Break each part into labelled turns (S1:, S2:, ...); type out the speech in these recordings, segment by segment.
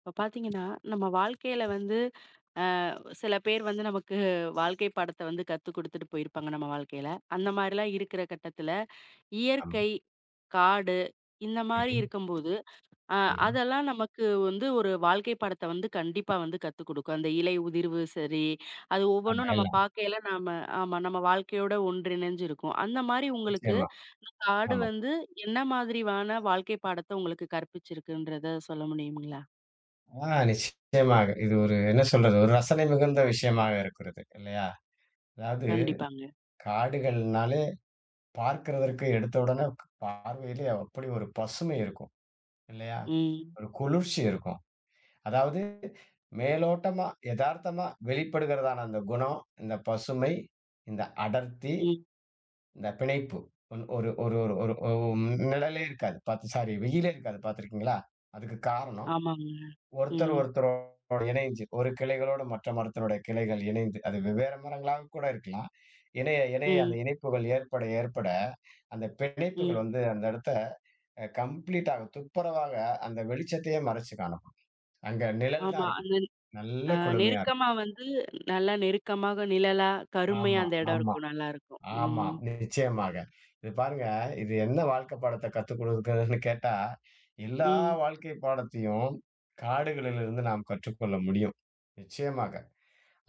S1: இப்போ பார்த்தீங்கன்னா, நம்ம வாழ்க்கையில வந்து அ சில பேர் வந்து நமக்கு வாழ்க்கை பாடத்த வந்து கத்துக் குடுத்துட்டு போயிருப்பாங்க நம்ம வாழ்க்கையில. அந்த மாரிலாம் இருக்கிற கட்டத்தில,
S2: ஆமா.
S1: இயற்கை, காடு இந்த மாரி
S2: ம்ஹ்ம்,
S1: இருக்கும்போது, அ
S2: ம்.
S1: அதெல்லாம் நமக்கு வந்து ஒரு வாழ்க்கை பாடத்த வந்து கண்டிப்பா வந்து கத்துக் குடுக்கும். அந்த இலை உதிர்வு சரி, அது
S2: ஆமா,
S1: ஒவ்வொன்னும் நம்ம
S2: எல்லாம்.
S1: பார்க்கையில நாம ஆமா நம்ம வாழ்க்கையோட ஒன்றிணைஞ்சு இருக்கும். அந்த மாரி உங்களுக்கு
S2: நிச்சயமா.
S1: இந்த காடு
S2: ஆமா.
S1: வந்து என்ன மாதிரியான வாழ்க்கை பாடத்த உங்களுக்கு கற்பிச்சிருக்குன்றத சொல்ல முடியுங்களா?
S2: நிச்சயமாக. இது ஒரு என்ன சொல்றது? ஒரு ரசனை மிகுந்த விஷயமாக இருக்கிறது. இல்லையா? அதாவது
S1: கண்டிப்பாங்க.
S2: காடுகள்னாலே பார்க்கிறதற்கு எடுத்த உடனே பார்வையிலே அப்படி ஒரு பசுமை இருக்கும். இல்லையா?
S1: ம்,
S2: ஒரு குளிர்ச்சி இருக்கும். அதாவது மேலோட்டமா, எதார்த்தமா வெளிப்படுகிறதான அந்த குணம், இந்த பசுமை, இந்த அடர்த்தி,
S1: ம்.
S2: இந்த பிணைப்பு. ஒன் ஒரு ஒரு ஒரு ஒரு ஒ நிழலே இருக்காது. பாத்து சாரி, வெயிலே இருக்காது. பாத்திருக்கீங்களா? அதுக்கு காரணம்,
S1: ஆமாங்க.
S2: ஒருத்தர்
S1: ம்,
S2: ஒருத்தரோட இணைஞ்சு, ஒரு கிளைகளோடு மற்ற மரத்தினுடைய கிளைகள் இணைந்து, அது வெவ்வேறு மரங்களாக கூட இருக்கலாம். இணைய இணைய அந்த
S1: ம்,
S2: இணைப்புகள் ஏற்பட ஏற்பட, அந்த பிணைப்புகள்
S1: ம்.
S2: வந்து அந்த இடத்த கம்ப்ளீட்டாக துப்புரவாக அந்த வெளிச்சத்தையே மறைச்சு காணும். அங்க நிழல் தான்
S1: ஆமா.
S2: இருக்கும்.
S1: அந்த
S2: நல்ல குளுமையா இருக்கும்.
S1: நெருக்கமா வந்து நல்லா நெருக்கமாக நிழலா, கருமையா
S2: ஆமா,
S1: அந்த இடம்
S2: ஆமா,
S1: இருக்கும். நல்லாருக்கும்.
S2: ஆமா.
S1: ம்,
S2: நிச்சயமாக. இது பாருங்க, இது என்ன வாழ்க்கை பாடத்த கத்துக் குடுக்குதுன்னு கேட்டா, எல்லா
S1: ம்.
S2: வாழ்க்கை பாடத்தையும் காடுகளிலிருந்து நாம் கற்றுக்கொள்ள முடியும். நிச்சயமாக.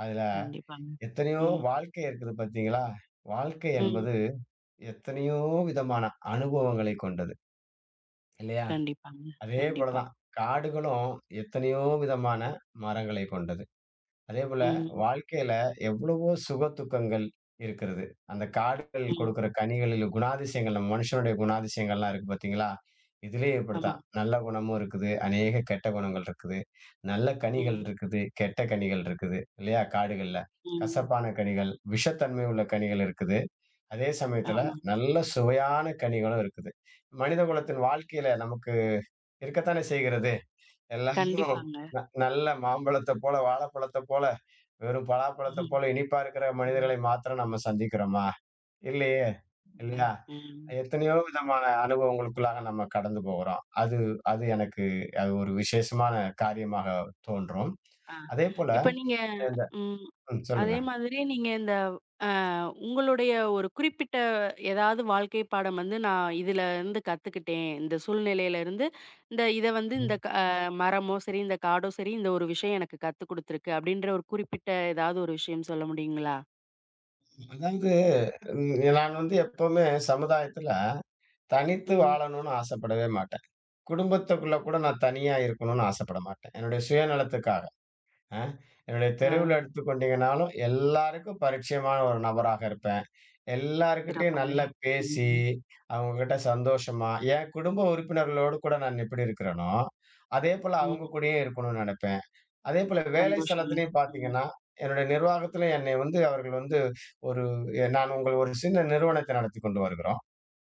S2: அதுல
S1: கண்டிப்பாங்க.
S2: எத்தனையோ
S1: ம்,
S2: வாழ்க்கை இருக்குது பார்த்தீங்களா? வாழ்க்கை
S1: ம்.
S2: என்பது எத்தனையோ விதமான அனுபவங்களை கொண்டது இல்லையா?
S1: கண்டிப்பாங்க.
S2: அதே போல
S1: கண்டிப்பா.
S2: தான் காடுகளும் எத்தனையோ விதமான மரங்களை கொண்டது. அதேபோல
S1: ம்,
S2: வாழ்க்கையில எவ்வளவோ சுக துக்கங்கள் இருக்கிறது. அந்த காடுகள்
S1: ம்.
S2: கொடுக்கிற கனிகளில் குணாதிசயங்கள் நம்ம மனுஷனுடைய குணாதிசயங்கள்லாம் இருக்கு பார்த்தீங்களா? இதுலயும் இப்படித்தான்.
S1: ஆமாங்க.
S2: நல்ல குணமும் இருக்குது. அநேக கெட்ட குணங்கள் இருக்குது. நல்ல கனிகள்
S1: ம்,
S2: இருக்குது. கெட்ட கனிகள் இருக்குது. இல்லையா? காடுகள்ல.
S1: ம்.
S2: கசப்பான கனிகள், விஷத்தன்மை உள்ள கனிகள் இருக்குது. அதே சமயத்துல
S1: ஆமாங்க.
S2: நல்ல சுவையான கனிகளும் இருக்குது. மனித குலத்தின் வாழ்க்கையில நமக்கு இருக்கத்தானே செய்கிறது. எல்லாரும்
S1: கண்டிப்பாங்க.
S2: நல்ல மாம்பழத்த போல, வாழைப்பழத்த போல வெறும் பலாப்பழத்த
S1: ம்,
S2: போல இனிப்பா இருக்கிற
S1: ம்.
S2: மனிதர்களை மாத்திரம் நம்ம சந்திக்கிறோமா? இல்லையே! இல்லையா?
S1: ம்.
S2: எத்தனையோ விதமான அனுபவங்களுக்குள்ளாக நம்ம கடந்து போகிறோம். அது அது எனக்கு அது ஒரு விசேஷமான காரியமாக தோன்றும்.
S1: ஆ.
S2: அதேபோல
S1: இப்ப நீங்க
S2: இந்த
S1: ம். அதே
S2: சொல்லுங்க.
S1: மாதிரி நீங்க இந்த அ உங்களுடைய ஒரு குறிப்பிட்ட ஏதாவது வாழ்க்கை பாடம் வந்து, நான் இதுல இருந்து கத்துக்கிட்டேன். இந்த சூழ்நிலையில இருந்து இந்த இத வந்து இந்த க அ மரமோ சரி, இந்த காடோ சரி, இந்த ஒரு விஷயம் எனக்கு கத்துக் குடுத்துருக்கு. அப்படின்ற ஒரு குறிப்பிட்ட ஏதாவது ஒரு விஷயம் சொல்ல முடியுங்களா?
S2: அதாவது நான் வந்து எப்பவுமே சமுதாயத்துல தனித்து
S1: ம்.
S2: வாழணும்னு ஆசைப்படவே மாட்டேன். குடும்பத்துக்குள்ள கூட நான் தனியா இருக்கணும்னு ஆசைப்பட மாட்டேன். என்னுடைய சுயநலத்துக்காக. அ என்னுடைய
S1: ஆ
S2: தெருவுல எடுத்துக்கொண்டீங்கனாலும், எல்லாருக்கும் பரிச்சயமான ஒரு நபராக இருப்பேன். எல்லார்கிட்டயும்
S1: சிறப்புங்க.
S2: நல்லா
S1: ம்.
S2: பேசி,
S1: ம்.
S2: அவங்ககிட்ட சந்தோஷமா, என் குடும்ப உறுப்பினர்களோடு கூட நான் எப்படி இருக்கிறேனோ, அதேபோல அவங்க
S1: ம்.
S2: கூடயே இருக்கணும்னு நெனைப்பேன். அதேபோல வேலை
S1: சந்தோஷங்க.
S2: ஸ்தலத்திலயும்
S1: ம்.
S2: பார்த்தீங்கன்னா, என்னுடைய நிர்வாகத்தில என்னை வந்து அவர்கள் வந்து ஒரு நான் உங்கள் ஒரு சின்ன நிறுவனத்தை நடத்திக் கொண்டு வருகிறோம்.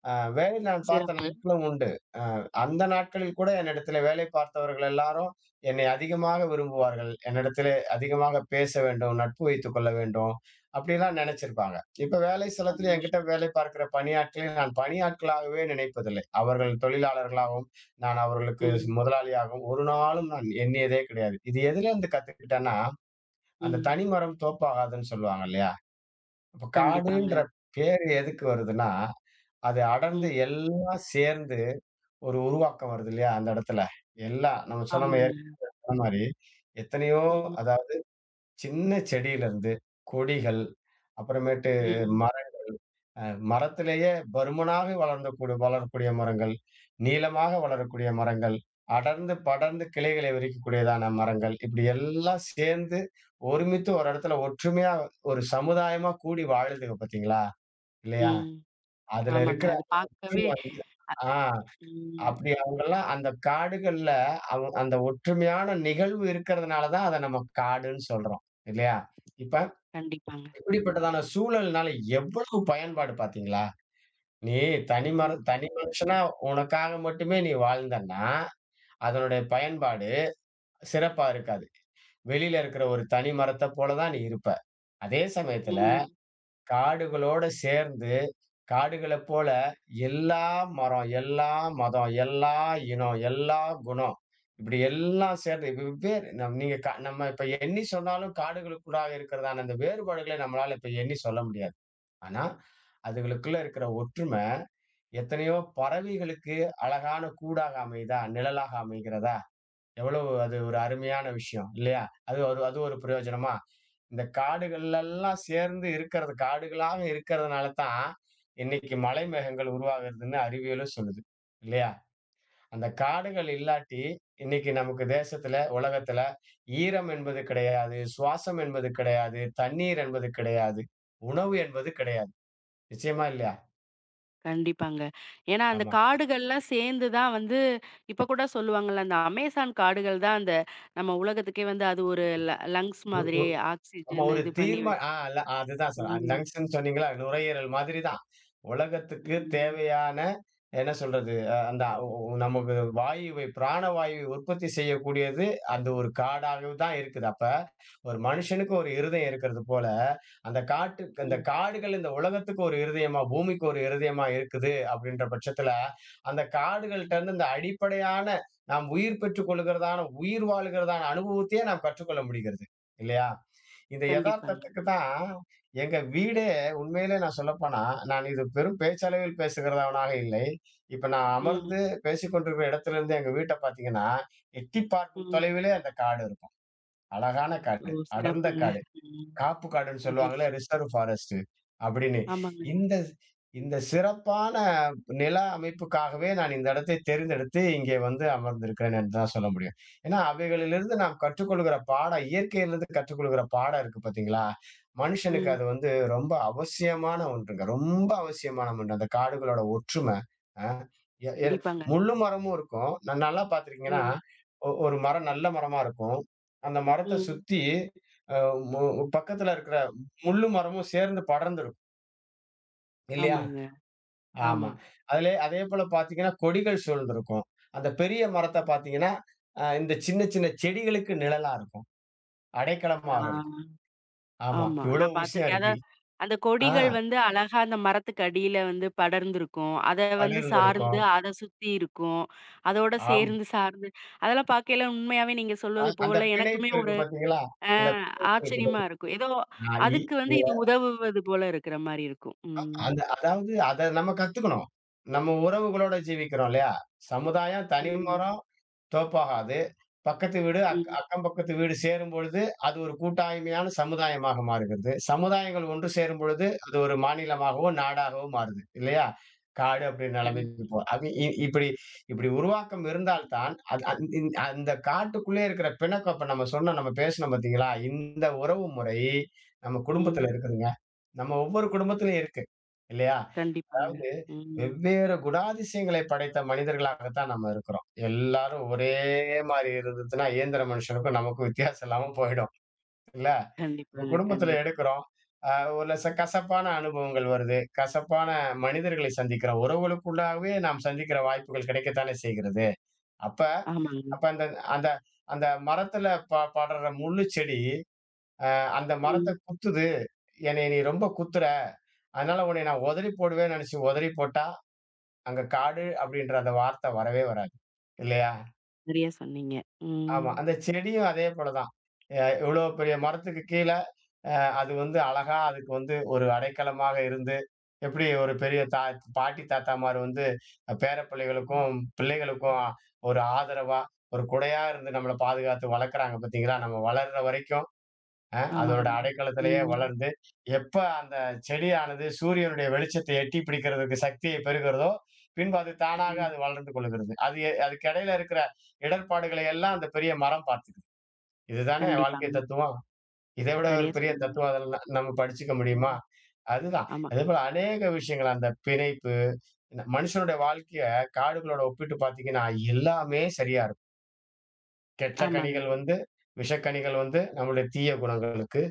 S2: வேலை நான் பார்த்த
S1: சிறப்பு.
S2: நாட்களும் உண்டு. அ அந்த நாட்களில் கூட என்னிடத்திலே வேலை பார்த்தவர்கள் எல்லாரும் என்னை அதிகமாக விரும்புவார்கள். என்னிடத்திலே அதிகமாக பேச வேண்டும், நட்பு வைத்துக் கொள்ள வேண்டும், அப்படிலாம் நினைச்சிருப்பாங்க. இப்ப வேலை ஸ்தலத்தில என்கிட்ட
S1: சந்தோஷம்.
S2: வேலை பார்க்கிற பணியாட்களை நான் பணியாட்களாகவே நினைப்பதில்லை. அவர்கள் தொழிலாளர்களாகவும், நான் அவர்களுக்கு
S1: ம்.
S2: முதலாளியாகவும் ஒரு நாளும் நான் எண்ணியதே கிடையாது. இது எதிலேருந்து கத்துக்கிட்டேன்னா, அந்த
S1: ம்.
S2: "தனி மரம் தோப்பாகாதுன்னு" சொல்லுவாங்க இல்லையா? அப்ப காடுன்ற
S1: கண்டிப்பாங்க.
S2: பேரு எதுக்கு வருதுன்னா, அது அடர்ந்து
S1: ம்.
S2: எல்லாம் சேர்ந்து ஒரு உருவாக்கம் வருது இல்லையா? அந்த இடத்துல. எல்லாம் நம்ம சொன்னோமே
S1: ஆமாங்க.
S2: ஏற்கன மாரி, எத்தனையோ
S1: ம்.
S2: அதாவது சின்ன செடியிலிருந்து கொடிகள், அப்புறமேட்டு
S1: ம்.
S2: மர அ மரத்திலேயே பருமனாக வளர்ந்தக்கூடிய வளரக்கூடிய மரங்கள், நீளமாக வளரக்கூடிய மரங்கள், அடர்ந்து படர்ந்து கிளைகளை விரிக்கக்கூடியதான மரங்கள், இப்படி எல்லாம் சேர்ந்து ஒருமித்து ஒரு இடத்துல ஒற்றுமையா ஒரு சமுதாயமா கூடி வாழுதுங்க பார்த்தீங்களா? இல்லையா?
S1: ம்.
S2: அதுல
S1: ஆமாங்க.
S2: இருக்கிற
S1: அது
S2: ஒற்றுமை
S1: பார்க்கவே
S2: வந்து- ஆ.
S1: ம்.
S2: அப்படி அவங்கலாம் அந்த காடுகள்ல அவ அந்த ஒற்றுமையான நிகழ்வு இருக்கிறதுனால தான் அத நம்ம காடுன்னு சொல்றோம். இல்லையா? இப்ப
S1: கண்டிப்பாங்க.
S2: இப்படிப்பட்டதான சூழல்னால எவ்வளவு பயன்பாடு பார்த்தீங்களா? நீ
S1: ம்.
S2: தனி மனுஷனா உனக்காக மட்டுமே நீ வாழ்ந்தன்னா, அதனுடைய பயன்பாடு சிறப்பா இருக்காது. வெளியில இருக்கிற ஒரு தனி மரத்த போல தான் நீ இருப்ப. அதே சமயத்துல
S1: ம்.
S2: காடுகளோட சேர்ந்து, காடுகளப் போல எல்லா மரம், எல்லா மதம், எல்லா இனம், எல்லா குணம். இப்படி எல்லாம் சேர்ந்து இப்ப வெவ்வேறு நம் நீங்க க நம்ம இப்ப எண்ணி சொன்னாலும் காடுகளுக்குள்ளாக இருக்கிறதான அந்த வேறுபாடுகளை நம்மளால இப்ப எண்ணி சொல்ல முடியாது. ஆனா, அதுகளுக்குள்ள இருக்கிற ஒற்றுமை எத்தனையோ பறவைகளுக்கு அழகான கூடாக அமையுதா? நிழலாக அமைகிறதா? எவ்வளவு அது ஒரு அருமையான விஷயம் இல்லையா? அது ஒரு பிரயோஜனமா? இந்த காடுகள் எல்லாம் சேர்ந்து இருக்கிறது காடுகளாக இருக்கிறதுனால தான், இன்னைக்கு மலை மேகங்கள் உருவாகுதுன்னு அறிவியலும் சொல்லுது. இல்லையா? அந்த காடுகள் இல்லாட்டி, இன்னைக்கு நமக்கு தேசத்துல, உலகத்துல ஈரம் என்பது கிடையாது, சுவாசம் என்பது கிடையாது, தண்ணீர் என்பது கிடையாது, உணவு என்பது கிடையாது. நிச்சயமா இல்லையா?
S1: கண்டிப்பாங்க. ஏன்னா, அந்த
S2: ஆமா.
S1: காடுகள்லாம் சேர்ந்து தான் வந்து இப்ப கூட சொல்லுவாங்கல்ல, அந்த அமேசான் காடுகள் தான் அந்த நம்ம உலகத்துக்கே வந்து அது ஒரு லங்ஸ்
S2: ஒரு
S1: மாதிரி
S2: ஒரு ஆமா
S1: ஆக்ஸிஜன்
S2: ஒரு
S1: இது பண்ணி
S2: தீர்மா
S1: வச்சு
S2: ஆ அதுதான் சார்.
S1: ம்.
S2: லங்ஸ்ன்னு சொன்னீங்களா? நுரையீரல் மாதிரி தான். உலகத்துக்கு
S1: ம்.
S2: தேவையான என்ன சொல்றது? அ அந்த ஒ நமக்கு வாயுவை பிராணவாயுவை உற்பத்தி செய்யக்கூடியது அந்த ஒரு காடாகவே தான் இருக்குது. அப்ப ஒரு மனுஷனுக்கு ஒரு இருதயம் இருக்கிறது போல, அந்த காட்டுக்கு அந்த
S1: ம்.
S2: காடுகள் இந்த உலகத்துக்கு ஒரு இருதயமா, பூமிக்கு ஒரு இருதயமா இருக்குது அப்படின்ற பட்சத்தில, அந்த காடுகள்ட்ட
S1: ம்.
S2: இருந்து இந்த அடிப்படையான நாம் உயிர் பெற்றுக் கொள்கிறதான, உயிர் வாழ்கிறதான அனுபவத்தையே நாம் கற்றுக்கொள்ள முடிகிறது. இல்லையா? இந்த
S1: கண்டிப்பாங்க.
S2: எதார்த்தத்துக்கு தான் எங்க வீடே உண்மையிலே, நான் சொல்லப்போனா, நான் இது பெரும் பேச்சளவில் பேசுகிறவனாக இல்லை. இப்ப நான் அமர்ந்து
S1: ம்.
S2: பேசிக்கொண்டிருக்கிற இடத்திலிருந்து எங்க வீட்ட பார்த்தீங்கன்னா, எட்டிப் பார்க்கும்
S1: ம்.
S2: தொலைவிலே அந்த காடு இருக்கும். அழகான
S1: ஓ!
S2: காடு, அடர்ந்த
S1: சிறப்புங்க.
S2: காடு.
S1: ம்.
S2: காப்பு காடுன்னு சொல்லுவாங்கல்ல,
S1: மகிழ்ச்சி.
S2: ரிசர்வ் ஃபாரஸ்ட் அப்படின்னு.
S1: ஆமாங்க.
S2: இந்த
S1: ம்.
S2: இந்த சிறப்பான நில அமைப்புக்காகவே நான் இந்த இடத்தை தேர்ந்தெடுத்து இங்கே வந்து அமர்ந்திருக்கிறேன் என்று தான் சொல்ல முடியும். ஏன்னா, அவைகளிலிருந்து நாம் கற்றுக்கொள்கிற பாடம் இயற்கையிலிருந்து கற்றுக்கொள்கிற பாடம் இருக்கு பார்த்தீங்களா? மனுஷனுக்கு
S1: ம்.
S2: அது வந்து ரொம்ப அவசியமான ஒன்றுங்க. ரொம்ப அவசியமான ஒன்று. அந்த காடுகளோட ஒற்றுமை. அ எ எ
S1: கண்டிப்பாங்க.
S2: முள்ளு மரமும் இருக்கும். நல்லா பார்த்திருக்கீங்கன்னா,
S1: ம்.
S2: ஒரு மரம் நல்ல மரமா இருக்கும். அந்த மரத்த
S1: ம்.
S2: சுத்தி அ பக்கத்துல இருக்கிற முள்ளும் மரமும் சேர்ந்து படர்ந்திருக்கும். இல்லையா?
S1: ஆமாங்க.
S2: ஆமா.
S1: ஆமா.
S2: அதிலே அதேபோல பார்த்தீங்கன்னா,
S1: ம்.
S2: கொடிகள் சூழ்ந்திருக்கும். அந்த பெரிய மரத்த பார்த்தீங்கன்னா, இந்த சின்ன சின்ன செடிகளுக்கு நிழலா இருக்கும்.
S1: ஆ.
S2: அடைக்கலமாக இருக்கும். ஆமா.
S1: ஆமா.
S2: இவ்வளவு
S1: நான்
S2: விஷயம்
S1: பார்த்துருக்கேன்.
S2: இருக்கு.
S1: அதான் அந்த
S2: ஆ
S1: கொடிகள் வந்து அழகா அந்த மரத்துக்கு அடியில வந்து படர்ந்திருக்கும். அத வந்து சார்ந்து,
S2: படர்ந்திருக்கும்.
S1: அத சுத்தி இருக்கும். அதோட
S2: ஆம்.
S1: சேர்ந்து சார்ந்து அதெல்லாம் பார்க்கையில உண்மையாவே நீங்க சொல்வது
S2: அந்த
S1: போல
S2: பிணைப்பு
S1: எனக்குமே
S2: இருக்கு
S1: ஒரு
S2: பார்த்தீங்களா?
S1: அ
S2: அந்த பிணைப்பு இருக்கு
S1: ஆச்சரியமா இருக்கும். ஏதோ
S2: பார்த்தீங்களா? இ
S1: அதுக்கு வந்து
S2: இதுல
S1: இது உதவுவது போல இருக்கிற மாரி இருக்கும். ம்.
S2: அந்த அதாவது அத நம்ம கத்துக்கணும். நம்ம உறவுகளோட ஜீவிக்கிறோம் இல்லையா? சமுதாயம், தனி
S1: ம்.
S2: மரம் தோப்பாகாது. பக்கத்து வீடு,
S1: ம்.
S2: அக்கம் பக்கத்து வீடு சேரும்பொழுது, அது ஒரு கூட்டாய்மையான சமுதாயமாக மாறுகிறது. சமுதாயங்கள் ஒன்று சேரும் பொழுது, அது ஒரு மாநிலமாகவோ, நாடாகவோ மாறுது. இல்லையா? காடு அப்படின்ற நிலைமைக்கு
S1: கண்டிப்பா.
S2: போ அது இப்படி இப்படி உருவாக்கம் இருந்தால் தான், அது அந்த காட்டுக்குள்ளே இருக்கிற பிணக்கம் இப்ப நம்ம சொன்னோம், நம்ம பேசினோம் பார்த்தீங்களா? இந்த உறவு முறை நம்ம குடும்பத்தில
S1: ம்.
S2: இருக்குதுங்க. நம்ம ஒவ்வொரு குடும்பத்திலும் இருக்கு. இல்லையா?
S1: கண்டிப்பாங்க.
S2: அதாவது
S1: ம்.
S2: வெவ்வேறு குணாதிசயங்களை படைத்த மனிதர்களாகத்தான் நம்ம இருக்கிறோம். எல்லாரும் ஒரே மாரி இருந்ததுன்னா, இயந்திர மனுஷனுக்கும் நமக்கும் வித்தியாசம் இல்லாம போயிடும். இல்ல? நம்ம
S1: கண்டிப்பாங்க,
S2: குடும்பத்துல
S1: கண்டிப்பா.
S2: எடுக்கிறோம். அ ஒரு கசப்பான அனுபவங்கள் வருது. கசப்பான மனிதர்களை சந்திக்கிறோம். உறவுகளுக்குள்ளாகவே நாம் சந்திக்கிற வாய்ப்புகள் கிடைக்கத்தானே செய்கிறது. அப்ப
S1: ஆமாங்க.
S2: அப்ப அந்த அந்த அந்த மரத்துல படர்ற முள்ளு செடி, அந்த மரத்த
S1: ம்.
S2: குத்துது. என்னைய நீ ரொம்ப குத்துற. அதனால உன்னைய நான் உதறி போடுவேன்னு நெனச்சு உதறி போட்டா? அங்க காடு அப்படின்ற அந்த வார்த்தை வரவே வராது. இல்லையா?
S1: சரியா சொன்னீங்க. ம்.
S2: ஆமா. அந்த செடியும் அதே போல தான். இவ்வளோ பெரிய மரத்துக்கு கீழ அ அது வந்து அழகா அதுக்கு வந்து ஒரு அடைக்கலமாக இருந்து, எப்படி ஒரு பெரிய தா பாட்டி, தாத்தாமார் வந்து
S1: ம்.
S2: பேரப்பிள்ளைகளுக்கும், பிள்ளைகளுக்கும் ஒரு ஆதரவா, ஒரு குடையா இருந்து நம்மள பாதுகாத்து வளர்க்குறாங்க பார்த்தீங்களா? நம்ம வளர்ற வரைக்கும் அதோட
S1: ஆமாங்க.
S2: அடைக்கலத்திலேயே
S1: ம்.
S2: வளர்ந்து, எப்ப அந்த செடியானது சூரியனுடைய வெளிச்சத்தை எட்டி பிடிக்கிறதுக்கு சக்தியை பெறுகிறதோ, பின்பு அது தானாக
S1: ம்.
S2: அது வளர்ந்து கொள்கிறது. அதுக்கு இடையில இருக்கிற இடர்பாடுகளை எல்லாம் அந்த பெரிய மரம் பார்த்துக்குது. இதுதானே வாழ்க்கை
S1: கண்டிப்பாங்க.
S2: தத்துவம். இதை விட ஒரு
S1: சரியா
S2: பெரிய
S1: சொன்னீங்க.
S2: தத்துவம் அதெல்லாம் நம்ம படிச்சுக்க முடியுமா?
S1: ம்.
S2: அதுதான்.
S1: ஆமா.
S2: அதேபோல அநேக விஷயங்கள் அந்த பிணைப்பு, இந்த மனுஷனுடைய வாழ்க்கைய காடுகளோட ஒப்பிட்டு பார்த்தீங்கன்னா, எல்லாமே சரியா இருக்கும். கெட்ட
S1: ஆமாங்க.
S2: கனிகள் வந்து விஷக்கனிகள் வந்து நம்முடைய தீய குணங்களுக்கு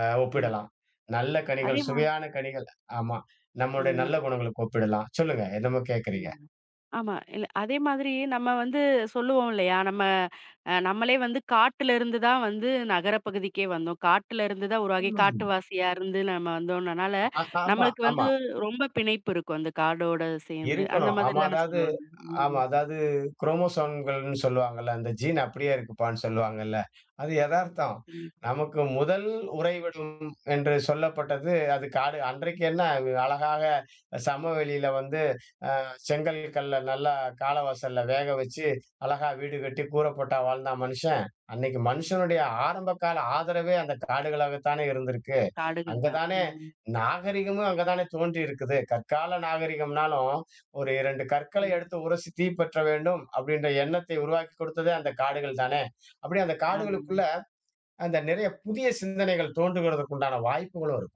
S1: ம்.
S2: ஒப்பிடலாம். நல்ல
S1: அதே
S2: கனிகள்,
S1: மா
S2: சுவையான கனிகள். ஆமா. நம்மளுடைய
S1: ம்.
S2: நல்ல குணங்களுக்கு ஒப்பிடலாம். சொல்லுங்க. என்னமோ கேட்கிறீங்க?
S1: ம். ஆமா. இல்ல அதே மாதிரி நம்ம வந்து சொல்லுவோம் இல்லையா? நம்ம நம்மளே வந்து காட்டுல இருந்து தான் வந்து நகர பகுதிக்கே வந்தோம். காட்டுல இருந்து தான் உருவாகி
S2: உண்மைதான்.
S1: காட்டுவாசியா இருந்து நம்ம வந்தோம்னனால,
S2: ஆமா,
S1: நம்மளுக்கு வந்து
S2: ஆமா.
S1: ரொம்ப பிணைப்பு இருக்கும். அந்த காடோட சேர்ந்து. அந்த
S2: இருக்கணும். ஆமா.
S1: மாதிரி தானே
S2: அதாவது
S1: சொல்லுவாங்க.
S2: ஆமா.
S1: ம்.
S2: அதாவது குரோமோசோம்கள்னு சொல்லுவாங்கல்ல. அந்த ஜீன் அப்படியே இருக்குப்பான்னு சொல்லுவாங்கல்ல. அது எதார்த்தம்.
S1: கண்டிப்பா.
S2: நமக்கு முதல் உறைவிடும் என்று சொல்லப்பட்டது அதுக்கு ஆடு அன்றைக்கு என்ன அழகாக சமவெளியில வந்து செங்கல் கல்ல நல்லா காலவாசல்ல வேக வச்சு, அழகா வீடு கட்டி கூரை போட்டா வாழ்ந்தான் மனுஷன். அன்னைக்கு மனுஷனுடைய ஆரம்ப கால ஆதரவே அந்த காடுகளாகத்தானே இருந்திருக்கு.
S1: காடுகள்
S2: அங்க
S1: தான்.
S2: தானே
S1: ம்.
S2: நாகரிகமும் அங்க தானே தோன்றி இருக்குது. கற்கால நாகரிகம்னாலும், ஒரு 2 கற்களை
S1: ம்.
S2: எடுத்து உரசி தீ பற்ற வேண்டும் அப்படின்ற எண்ணத்தை உருவாக்கி கொடுத்ததே அந்த காடுகள் தானே. அப்படி அந்த
S1: ஆமாங்க.
S2: காடுகளுக்குள்ள அந்த நிறைய புதிய சிந்தனைகள் தோன்றுகிறதற்கு உண்டான வாய்ப்புகளும்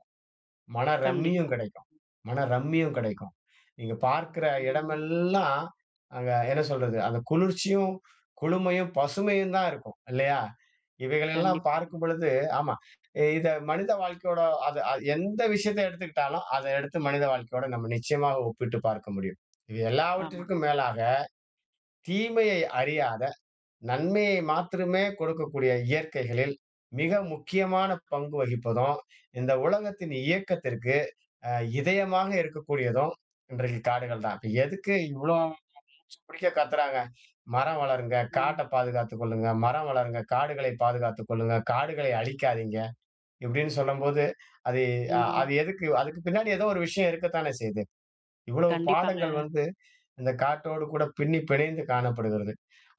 S2: மன ரம்மியம்
S1: கண்டிப்பா.
S2: கிடைக்கும். மன ரம்மியம் கிடைக்கும். நீங்க பார்க்கிற
S1: ம்.
S2: இடமெல்லாம், அங்க என்ன சொல்றது? அந்த குளிர்ச்சியும், குளுமையும், பசுமையும் தான் இருக்கும். இல்லையா? இவைகளெல்லாம்
S1: கண்டிப்பாங்க.
S2: பார்க்கும் பொழுது ஆமா. இத மனித வாழ்க்கையோட அது அது எந்த விஷயத்த எடுத்துக்கிட்டாலும், அத எடுத்து மனித வாழ்க்கையோட நம்ம நிச்சயமாக ஒப்பிட்டு பார்க்க முடியும். இது
S1: ஆமா.
S2: எல்லாவற்றிற்கும் மேலாக, தீமையை அறியாத நன்மையை மாத்திரமே கொடுக்கக்கூடிய இயற்கைகளில் மிக முக்கியமான பங்கு வகிப்பதும், இந்த உலகத்தின் இயக்கத்திற்கு அ இதயமாக இருக்கக்கூடியதும் இன்றைக்கு காடுகள் தான். இப்ப எதுக்கு இவ்ளோ மூச்சு பிடிக்க கத்துறாங்க? மரம் வளருங்க, காட்ட
S1: ம்.
S2: பாதுகாத்துக் கொள்ளுங்க, மரம் வளருங்க, காடுகளை பாதுகாத்துக் கொள்ளுங்க, காடுகளை அழிக்காதீங்க. இப்படின்னு சொல்லும்போது, அது அது
S1: ம்.
S2: எதுக்கு? அதுக்கு பின்னாடி ஏதோ ஒரு விஷயம் இருக்கத்தானே செய்யுது. இவ்வளவு பாடங்கள்
S1: கண்டிப்பாங்க.
S2: வந்து இந்த காட்டோடு கூட பின்னி பிணைந்து காணப்படுகிறது.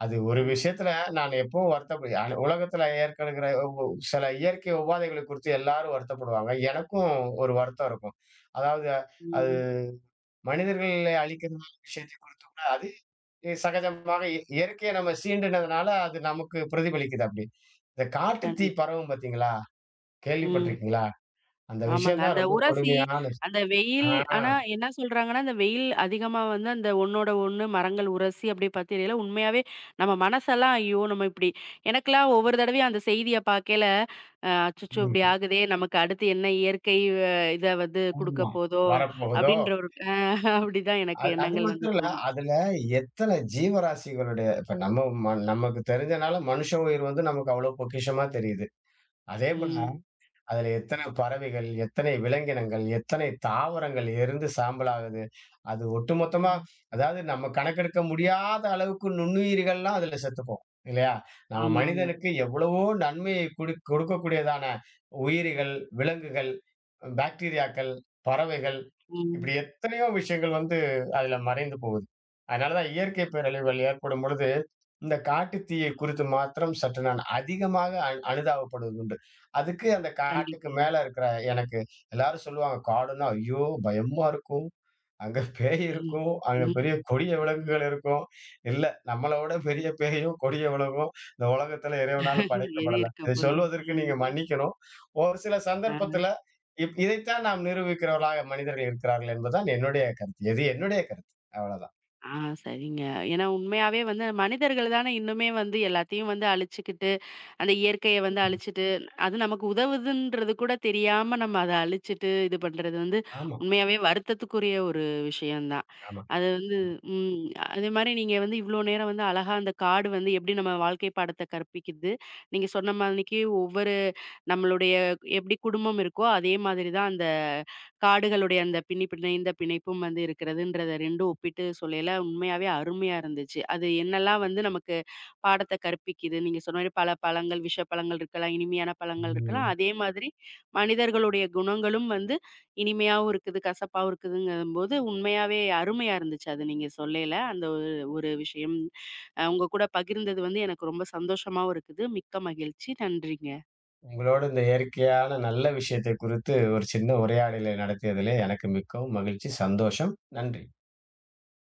S2: அது ஒரு
S1: ம்.
S2: விஷயத்துல நான் எப்பவும் வருத்தப்படு அ உலகத்துல ஏற்கடுகிற சில இயற்கை உபாதைகளை குறித்து எல்லாரும் வருத்தப்படுவாங்க. எனக்கும் ஒரு வருத்தம் இருக்கும். அதாவது அது
S1: ம்.
S2: மனிதர்களை அழிக்கிற விஷயத்தை குறித்து கூட அது சகஜமாக இயற்கையை நம்ம சீண்டுனதுனால அது நமக்கு பிரதிபலிக்குது அப்படி. இந்த காட்டுத்தீ
S1: கண்டிப்பா.
S2: பரவும் பார்த்தீங்களா?
S1: ம்.
S2: கேள்விப்பட்டிருக்கீங்களா? அந்த
S1: ஆமாங்க.
S2: விஷயம் தான்
S1: அந்த
S2: ரொம்ப
S1: உரசி,
S2: கொடுமையான விஷயம்.
S1: அந்த வெயில்
S2: ஆ.
S1: ஆனா என்ன சொல்றாங்கன்னா, அந்த வெயில் அதிகமா வந்து அந்த ஒண்ணோட ஒண்ணு மரங்கள் உரசி அப்படியே பத்திரையில உண்மையாவே நம்ம மனசெல்லாம் ஐயோ! நம்ம இப்படி எனக்கெல்லாம் ஒவ்வொரு தடவையும் அந்த செய்திய பார்க்கையில, அச்சச்சோ! இப்படி
S2: ம்.
S1: ஆகுதே! நமக்கு அடுத்து என்ன இயற்கை அ இத வந்து குடுக்க
S2: ஆமா.
S1: போதோ!
S2: வரப்போகுதோ!
S1: அப்படின்ற ஒரு அப்படிதான் எனக்கு
S2: அது அது
S1: எண்ணங்கள் வந்து
S2: மட்டும் இல்ல.
S1: தோணும்.
S2: அதுல எத்தன ஜீவராசிகளுடைய இப்ப நம்ம நமக்கு தெரிஞ்சனால மனுஷ உயிர் வந்து நமக்கு அவ்வளோ பொக்கிஷமா தெரியுது. அதே போல
S1: ம்.
S2: அதுல எத்தனை பறவைகள், எத்தனை விலங்கினங்கள், எத்தனை தாவரங்கள் எருந்து சாம்பலாகுது. அது ஒட்டுமொத்தமா
S1: ம்.
S2: அதாவது நம்ம கணக்கெடுக்க முடியாத அளவுக்கு நுண்ணுயிரிகள்லாம் அதுல செத்து போகும். இல்லையா? நம்ம
S1: ஆமாங்க.
S2: மனிதனுக்கு எவ்வளவோ நன்மையை கொடுக்கக்கூடியதான உயிரிகள், விலங்குகள், பாக்டீரியாக்கள், பறவைகள்
S1: ம்.
S2: இப்படி எத்தனையோ விஷயங்கள் வந்து அதுல மறைந்து போகுது. அதனால தான் இயற்கை பேரழிவுகள் ஏற்படும் பொழுது, இந்த காட்டுத்தீயை குறித்து மாத்திரம் சற்று நான் அதிகமாக அனுதாபப்படுவதுண்டு. அதுக்கு அந்த காட்டுக்கு
S1: கண்டிப்பாங்க.
S2: மேல இருக்கிற எனக்கு எல்லாரும் சொல்லுவாங்க காடுன்னா, ஐயோ! பயமா இருக்கும். அங்க பேய்
S1: ம்.
S2: இருக்கும். அங்க
S1: ம்.
S2: பெரிய கொடிய
S1: ம்.
S2: விலங்குகள் இருக்கும். இல்ல, நம்மள விட பெரிய பேயும், கொடிய விலங்கும் இந்த உலகத்துல இறைவனால
S1: ம். எது
S2: படைக்கப்படல.
S1: இருக்க
S2: இதை
S1: போகுது?
S2: சொல்வதற்கு நீங்க
S1: ம்.
S2: மன்னிக்கணும். ஒரு சில
S1: ஆ,
S2: சந்தர்ப்பத்துல இதைத்தான் நாம் நிரூபிக்கிறவர்களாக மனிதர்கள் இருக்கிறார்கள் என்பதுதான் என்னுடைய கருத்து. இது என்னுடைய கருத்து. அவ்வளவுதான்.
S1: ஆ சரிங்க. ஏன்னா உண்மையாவே வந்து மனிதர்கள் தானே இன்னுமே வந்து எல்லாத்தையும் வந்து அழிச்சுக்கிட்டு, அந்த இயற்கைய வந்து
S2: ம்.
S1: அழிச்சுட்டு, அது நமக்கு உதவுதுன்றது கூட தெரியாம நம்ம அத அழிச்சுட்டு இது பண்றது வந்து
S2: ஆமா,
S1: உண்மையாவே வருத்தத்துக்குரிய ஒரு விஷயம் தான்.
S2: ஆமா,
S1: அது வந்து
S2: ஆமா.
S1: ம். அதேமாரி நீங்க வந்து இவ்ளோ நேரம் வந்து அழகா அந்த காடு வந்து எப்படி நம்ம வாழ்க்கை பாடத்த கற்பிக்குது. நீங்க சொன்ன மாதிரிக்கு ஒவ்வொரு நம்மளுடைய எப்படி குடும்பம் இருக்கோ, அதே மாதிரி தான் அந்த காடுகளுடைய அந்த பின்னி பிணைந்த பிணைப்பும் வந்து இருக்கிறதுன்றத 2ம் ஒப்பிட்டு சொல்லையில உண்மையாவே அருமையா இருந்துச்சு. அது என்னெல்லாம் வந்து நமக்கு பாடத்த கற்பிக்குது. நீங்க சொன்ன மாரி பல பழங்கள், விஷ பழங்கள் இருக்கலாம், இனிமையான பழங்கள் இருக்கலாம்.
S2: ம்.
S1: அதே மாதிரி மனிதர்களுடைய குணங்களும் வந்து இனிமையாவும் இருக்குது, கசப்பாவும் இருக்குதுங்கம்போது, உண்மையாவே அருமையா இருந்துச்சு. அது நீங்க சொல்லையில. அந்த ஒரு ஒரு விஷயம். உங்க கூட பகிர்ந்தது வந்து எனக்கு ரொம்ப சந்தோஷமாவும் இருக்குது. மிக்க மகிழ்ச்சி. நன்றிங்க.
S2: உங்களோடு இந்த இயற்கையான நல்ல விஷயத்தை குறித்து ஒரு சின்ன உரையாடலை நடத்தியதிலே எனக்கு மிக்கவும் மகிழ்ச்சி, சந்தோஷம். நன்றி.